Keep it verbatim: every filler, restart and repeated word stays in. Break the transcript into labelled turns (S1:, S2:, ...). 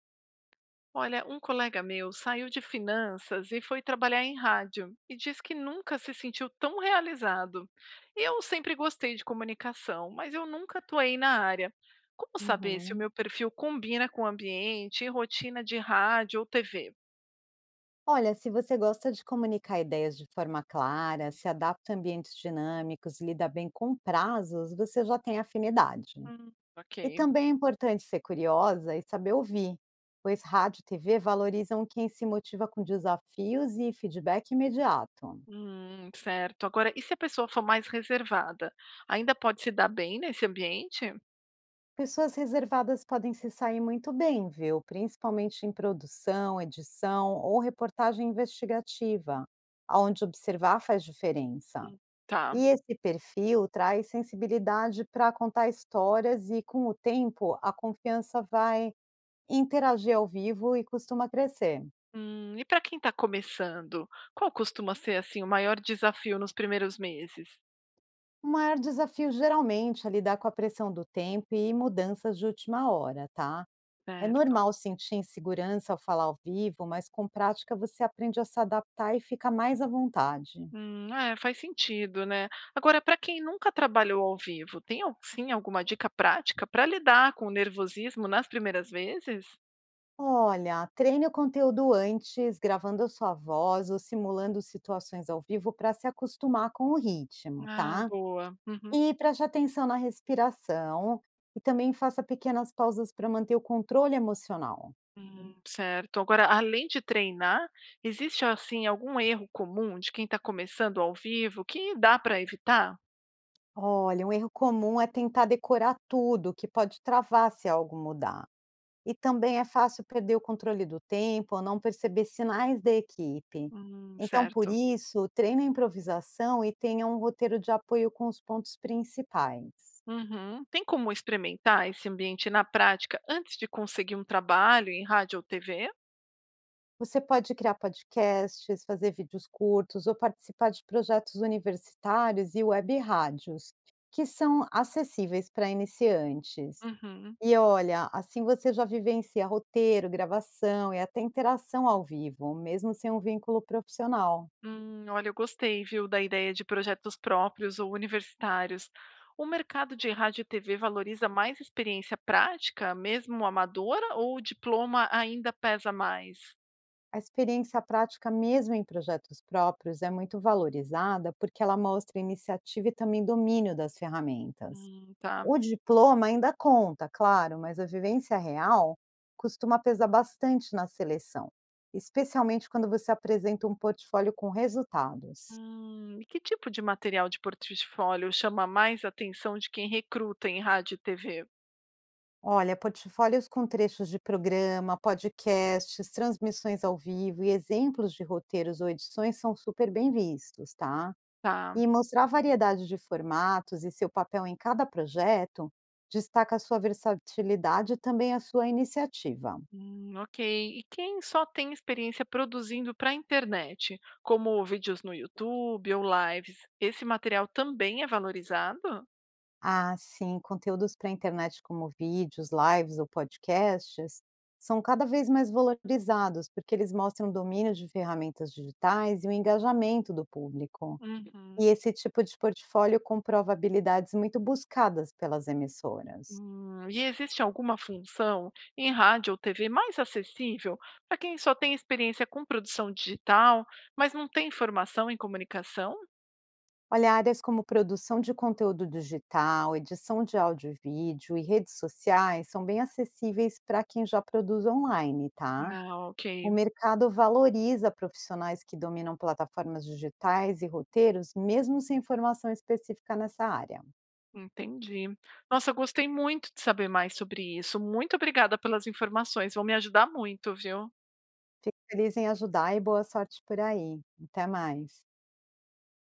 S1: Olha, um colega meu saiu de finanças e foi trabalhar em rádio e diz que nunca se sentiu tão realizado. Eu sempre gostei de comunicação, mas eu nunca atuei na área. Como saber se o
S2: Uhum.
S1: meu perfil combina com o ambiente e rotina de rádio ou T V?
S2: Olha, se você gosta de comunicar ideias de forma clara, se adapta a ambientes dinâmicos, lida bem com prazos, você já tem afinidade.
S1: Hum,
S2: E
S1: ok.
S2: também é importante ser curiosa e saber ouvir, pois rádio e T V valorizam quem se motiva com desafios e feedback imediato.
S1: Hum, certo. Agora, e se a pessoa for mais reservada? Ainda pode se dar bem nesse ambiente?
S2: Pessoas reservadas podem se sair muito bem, viu? Principalmente em produção, edição ou reportagem investigativa, onde observar faz diferença.
S1: Hum, Tá.
S2: E esse perfil traz sensibilidade para contar histórias e, com o tempo, a confiança vai interagir ao vivo e costuma crescer.
S1: Hum, e para quem está começando, qual costuma ser, assim, o maior desafio nos primeiros meses?
S2: O maior desafio geralmente é lidar com a pressão do tempo e mudanças de última hora, tá? É
S1: Certo.
S2: normal sentir insegurança ao falar ao vivo, mas com prática você aprende a se adaptar e fica mais à vontade.
S1: Hum, é, faz sentido, né. Agora, para quem nunca trabalhou ao vivo, tem al sim, alguma dica prática para lidar com o nervosismo nas primeiras vezes?
S2: Olha, treine o conteúdo antes, gravando a sua voz ou simulando situações ao vivo para se acostumar com o ritmo,
S1: Ah,
S2: tá?
S1: boa. Uhum.
S2: E preste atenção na respiração e também faça pequenas pausas para manter o controle emocional.
S1: Hum, certo. Agora, além de treinar, existe, assim, algum erro comum de quem está começando ao vivo que dá para evitar?
S2: Olha, um erro comum é tentar decorar tudo, que pode travar se algo mudar. E também é fácil perder o controle do tempo ou não perceber sinais da equipe.
S1: Hum,
S2: Então, por
S1: certo.
S2: isso, treine a improvisação e tenha um roteiro de apoio com os pontos principais.
S1: Uhum. Tem como experimentar esse ambiente na prática antes de conseguir um trabalho em rádio ou T V?
S2: Você pode criar podcasts, fazer vídeos curtos ou participar de projetos universitários e web rádios, que são acessíveis para iniciantes.
S1: Uhum.
S2: E olha, assim você já vivencia roteiro, gravação e até interação ao vivo, mesmo sem um vínculo profissional.
S1: Hum, olha, eu gostei, viu, da ideia de projetos próprios ou universitários. O mercado de rádio e T V valoriza mais experiência prática, mesmo amadora, ou o diploma ainda pesa mais?
S2: A experiência prática, mesmo em projetos próprios, é muito valorizada porque ela mostra iniciativa e também domínio das ferramentas.
S1: Hum, tá.
S2: O diploma ainda conta, claro, mas a vivência real costuma pesar bastante na seleção, especialmente quando você apresenta um portfólio com resultados.
S1: Hum, e que tipo de material de portfólio chama mais atenção de quem recruta em rádio e T V?
S2: Olha, portfólios com trechos de programa, podcasts, transmissões ao vivo e exemplos de roteiros ou edições são super bem vistos, tá?
S1: Tá.
S2: E mostrar a variedade de formatos e seu papel em cada projeto destaca a sua versatilidade e também a sua iniciativa.
S1: Hum, ok. E quem só tem experiência produzindo para a internet, como vídeos no YouTube ou lives, esse material também é valorizado?
S2: Ah, sim, conteúdos para a internet como vídeos, lives ou podcasts são cada vez mais valorizados porque eles mostram o domínio de ferramentas digitais e o engajamento do público. E
S1: Uhum.
S2: esse tipo de portfólio comprova habilidades muito buscadas pelas emissoras.
S1: Hum, e existe alguma função em rádio ou T V mais acessível para quem só tem experiência com produção digital, mas não tem formação em comunicação?
S2: Olha, áreas como produção de conteúdo digital, edição de áudio e vídeo e redes sociais são bem acessíveis para quem já produz online, tá?
S1: Ah, ok,
S2: O mercado valoriza profissionais que dominam plataformas digitais e roteiros, mesmo sem formação específica nessa área.
S1: entendi. Nossa, eu gostei muito de saber mais sobre isso. Muito obrigada pelas informações, vão me ajudar muito, viu?
S2: Fico feliz em ajudar e boa sorte por aí. Até mais.